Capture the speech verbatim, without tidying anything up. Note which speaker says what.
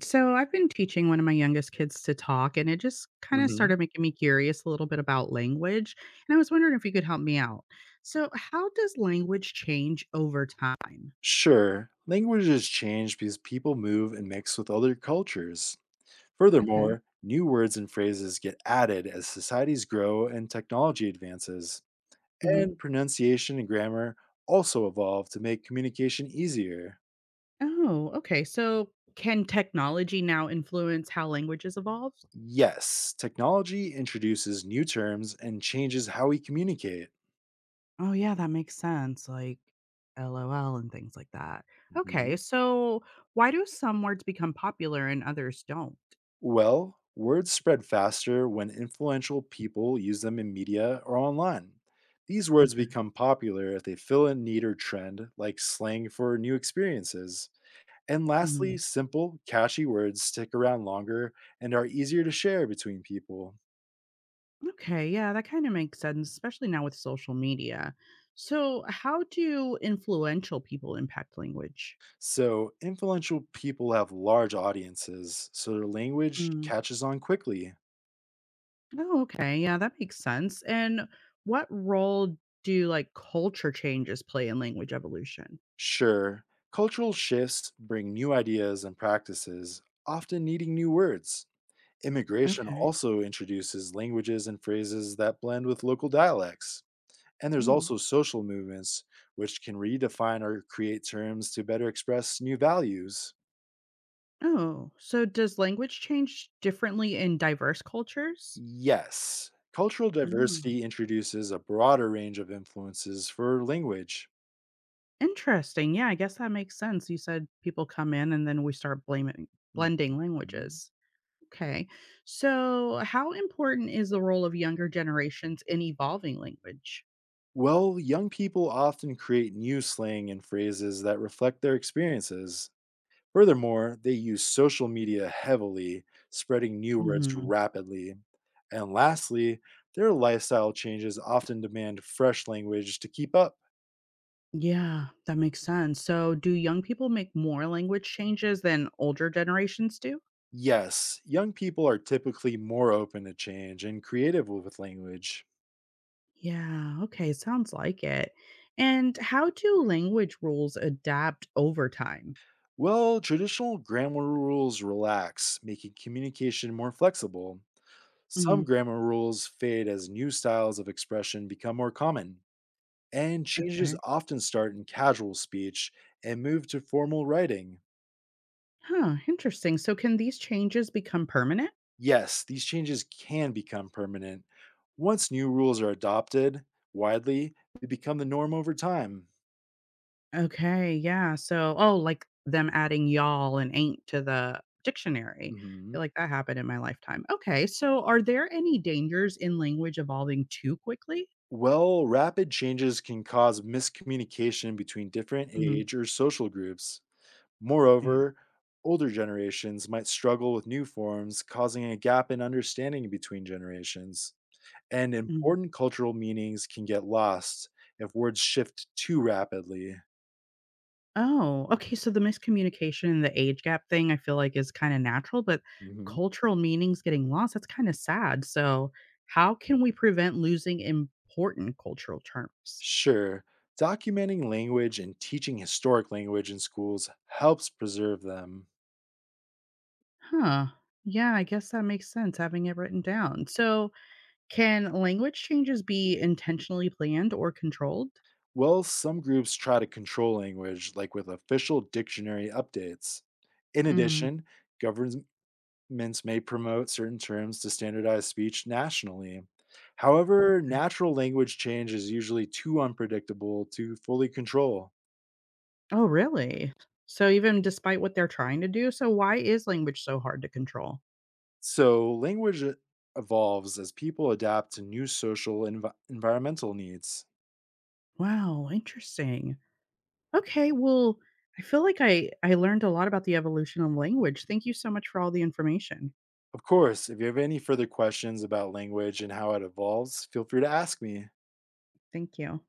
Speaker 1: So I've been teaching one of my youngest kids to talk, and it just kind of
Speaker 2: Hmm.
Speaker 1: started making me curious a little bit about language. And I was wondering if you could help me out. So, how does language change over time?
Speaker 2: Sure, languages change because people move and mix with other cultures.
Speaker 1: Okay.
Speaker 2: Furthermore, new words and phrases get added as societies grow and technology advances,
Speaker 1: hmm
Speaker 2: and pronunciation and grammar also evolve to make communication easier.
Speaker 1: Oh, okay. So, can technology now influence how languages evolve?
Speaker 2: Yes, technology introduces new terms and changes how we communicate.
Speaker 1: Oh, yeah, that makes sense. Like L O L and things like that. Okay.
Speaker 2: Mhm.
Speaker 1: So, why do some words become popular and others don't?
Speaker 2: Well, words spread faster when influential people use them in media or online. These words become popular if they fill a need or trend, like slang for new experiences. And
Speaker 1: Okay.
Speaker 2: lastly, simple, catchy words stick around longer and are easier to share between people.
Speaker 1: Okay, yeah, that kind of makes sense, especially now with social media. So, how do influential people impact language?
Speaker 2: So, influential people have large audiences, so their language
Speaker 1: Mm.
Speaker 2: catches on quickly.
Speaker 1: Oh, okay. Yeah, that makes sense. And what role do like culture changes play in language evolution?
Speaker 2: Sure, cultural shifts bring new ideas and practices, often needing new words. Immigration
Speaker 1: Okay.
Speaker 2: also introduces languages and phrases that blend with local dialects. And there's
Speaker 1: Mm.
Speaker 2: also social movements, which can redefine or create terms to better express new values.
Speaker 1: Oh, so does language change differently in diverse cultures?
Speaker 2: Yes, cultural
Speaker 1: Oh,
Speaker 2: diversity introduces a broader range of influences for language.
Speaker 1: interesting. Yeah, I guess that makes sense. You said people come in and then we start blaming blending
Speaker 2: Mhm.
Speaker 1: languages. Okay. So, how important is the role of younger generations in evolving language?
Speaker 2: Well, young people often create new slang and phrases that reflect their experiences. Furthermore, they use social media heavily, spreading new, mhm, words
Speaker 1: Hmm
Speaker 2: rapidly. And lastly, their lifestyle changes often demand fresh language to keep up.
Speaker 1: Yeah, that makes sense. So, do young people make more language changes than older generations do?
Speaker 2: Yes, young people are typically more open to change and creative with language.
Speaker 1: Yeah, okay, sounds like it. And how do language rules adapt over time?
Speaker 2: Well, traditional grammar rules relax, making communication more flexible.
Speaker 1: Hmm
Speaker 2: Some grammar rules fade as new styles of expression become more common, and changes
Speaker 1: Okay.
Speaker 2: often start in casual speech and move to formal writing.
Speaker 1: Huh, interesting. So, can these changes become permanent?
Speaker 2: Yes, these changes can become permanent. Once new rules are adopted widely, they become the norm over time.
Speaker 1: Okay, yeah, so oh, like, them adding "y'all" and "ain't" to the dictionary. I
Speaker 2: Mhm.
Speaker 1: feel like that happened in my lifetime. Okay, so are there any dangers in language evolving too quickly?
Speaker 2: Well, rapid changes can cause miscommunication between different
Speaker 1: Mhm,
Speaker 2: age or social groups.
Speaker 1: mhm,
Speaker 2: Moreover, older generations might struggle with new forms, causing a gap in understanding between generations. And
Speaker 1: mhm.
Speaker 2: important cultural meanings can get lost if words shift too rapidly.
Speaker 1: Oh, okay, so the miscommunication and the age gap thing I feel like is kinda natural, but
Speaker 2: Hmm.
Speaker 1: cultural meanings getting lost, that's kinda sad, so how can we prevent losing important cultural terms?
Speaker 2: Sure, documenting language and teaching historic language in schools helps preserve them.
Speaker 1: Huh, yeah, I guess that makes sense having it written down. So can language changes be intentionally planned or controlled?
Speaker 2: Well, some groups try to control language, like with official dictionary updates. In
Speaker 1: Mm.
Speaker 2: addition, governments may promote certain terms to standardize speech nationally. However, natural language change is usually too unpredictable to fully control.
Speaker 1: Oh, really? So even despite what they're trying to do, so why is language so hard to control?
Speaker 2: So, language e- evolves as people adapt to new social and envi- environmental needs.
Speaker 1: Wow, interesting. Okay, well, I feel like I I learned a lot about the evolution of language. Thank you so much for all the information.
Speaker 2: Of course, if you have any further questions about language and how it evolves, feel free to ask me.
Speaker 1: Thank you.